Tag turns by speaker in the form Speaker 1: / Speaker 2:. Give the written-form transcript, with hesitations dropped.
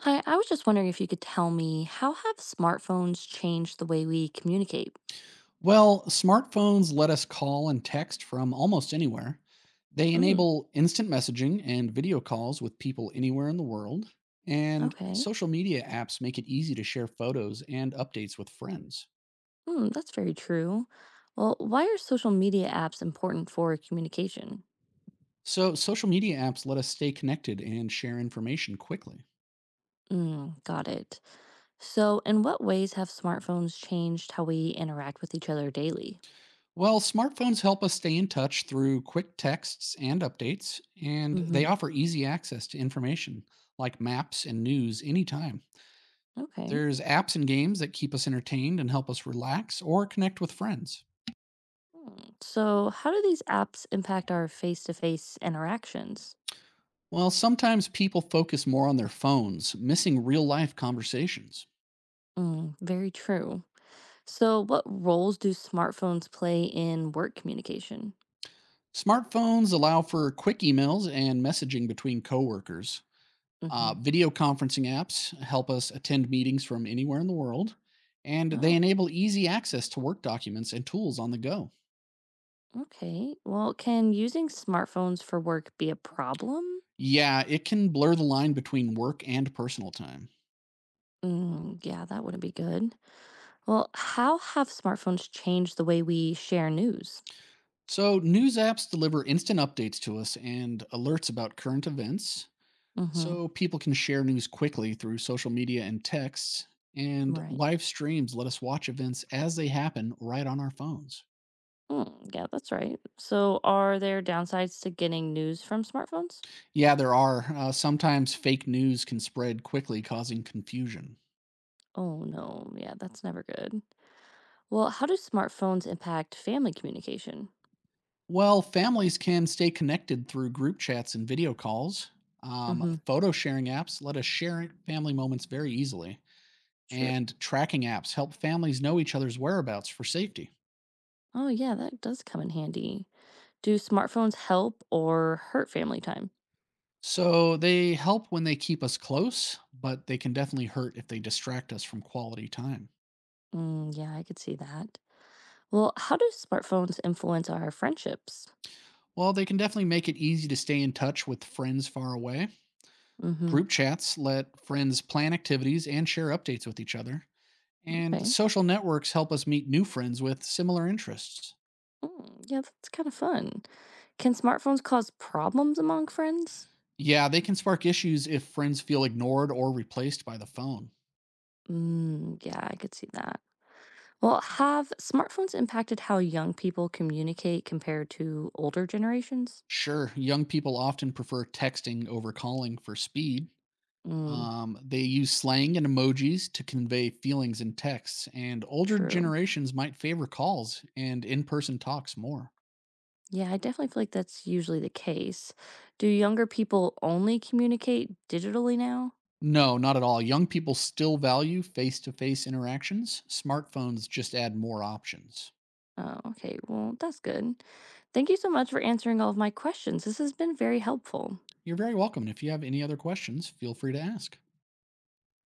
Speaker 1: Hi, I was just wondering if you could tell me how have smartphones changed the way we communicate?
Speaker 2: Well, smartphones let us call and text from almost anywhere. They
Speaker 1: Mm,
Speaker 2: enable instant messaging and video calls with people anywhere in the world. And
Speaker 1: okay.
Speaker 2: social media apps make it easy to share photos and updates with friends.
Speaker 1: Hmm, that's very true. Well, why are social media apps important for communication?
Speaker 2: So, social media apps let us stay connected and share information quickly.
Speaker 1: Mm, got it. So, in what ways have smartphones changed how we interact with each other daily?
Speaker 2: Well, smartphones help us stay in touch through quick texts and updates, and they
Speaker 1: Mm-hmm.
Speaker 2: offer easy access to information like maps and news anytime.
Speaker 1: Okay.
Speaker 2: There's apps and games that keep us entertained and help us relax or connect with friends.
Speaker 1: Hmm, so, how do these apps impact our face-to-face interactions?
Speaker 2: Well, sometimes people focus more on their phones, missing real life conversations.
Speaker 1: Mm, very true. So, what roles do smartphones play in work communication?
Speaker 2: Smartphones allow for quick emails and messaging between coworkers.
Speaker 1: Hmm.
Speaker 2: Video conferencing apps help us attend meetings from anywhere in the world, and they
Speaker 1: Oh,
Speaker 2: enable easy access to work documents and tools on the go.
Speaker 1: okay. Well, can using smartphones for work be a problem?
Speaker 2: Yeah, it can blur the line between work and personal time.
Speaker 1: Mm, yeah, that wouldn't be good. Well, how have smartphones changed the way we share news?
Speaker 2: So, news apps deliver instant updates to us and alerts about current events
Speaker 1: Mm-hmm.
Speaker 2: so people can share news quickly through social media and texts. And
Speaker 1: Right.
Speaker 2: live streams let us watch events as they happen right on our phones.
Speaker 1: Mm, yeah, that's right. So, are there downsides to getting news from smartphones?
Speaker 2: Yeah, there are. Sometimes fake news can spread quickly, causing confusion.
Speaker 1: Oh, no. Yeah, that's never good. Well, how do smartphones impact family communication?
Speaker 2: Well, families can stay connected through group chats and video calls.
Speaker 1: Mm-hmm.
Speaker 2: Photo sharing apps let us share family moments very easily.
Speaker 1: True.
Speaker 2: And tracking apps help families know each other's whereabouts for safety.
Speaker 1: Oh, yeah, that does come in handy. Do smartphones help or hurt family time?
Speaker 2: So they help when they keep us close, but they can definitely hurt if they distract us from quality time.
Speaker 1: Mm, yeah, I could see that. Well, how do smartphones influence our friendships?
Speaker 2: Well, they can definitely make it easy to stay in touch with friends far away.
Speaker 1: Mm-hmm.
Speaker 2: Group chats let friends plan activities and share updates with each other. And
Speaker 1: Okay.
Speaker 2: social networks help us meet new friends with similar interests.
Speaker 1: Mm, yeah, that's kind of fun. Can smartphones cause problems among friends?
Speaker 2: Yeah, they can spark issues if friends feel ignored or replaced by the phone.
Speaker 1: Mm, yeah, I could see that. Well, have smartphones impacted how young people communicate compared to older generations?
Speaker 2: Sure, young people often prefer texting over calling for speed.
Speaker 1: Mm,
Speaker 2: They use slang and emojis to convey feelings in texts, and older
Speaker 1: true.
Speaker 2: generations might favor calls and in person talks more.
Speaker 1: Yeah, I definitely feel like that's usually the case. Do younger people only communicate digitally now?
Speaker 2: No, not at all. Young people still value face to face interactions. Smartphones just add more options.
Speaker 1: Oh, okay. Well, that's good. Thank you so much for answering all of my questions. This has been very helpful.
Speaker 2: You're very welcome. And if you have any other questions, feel free to ask.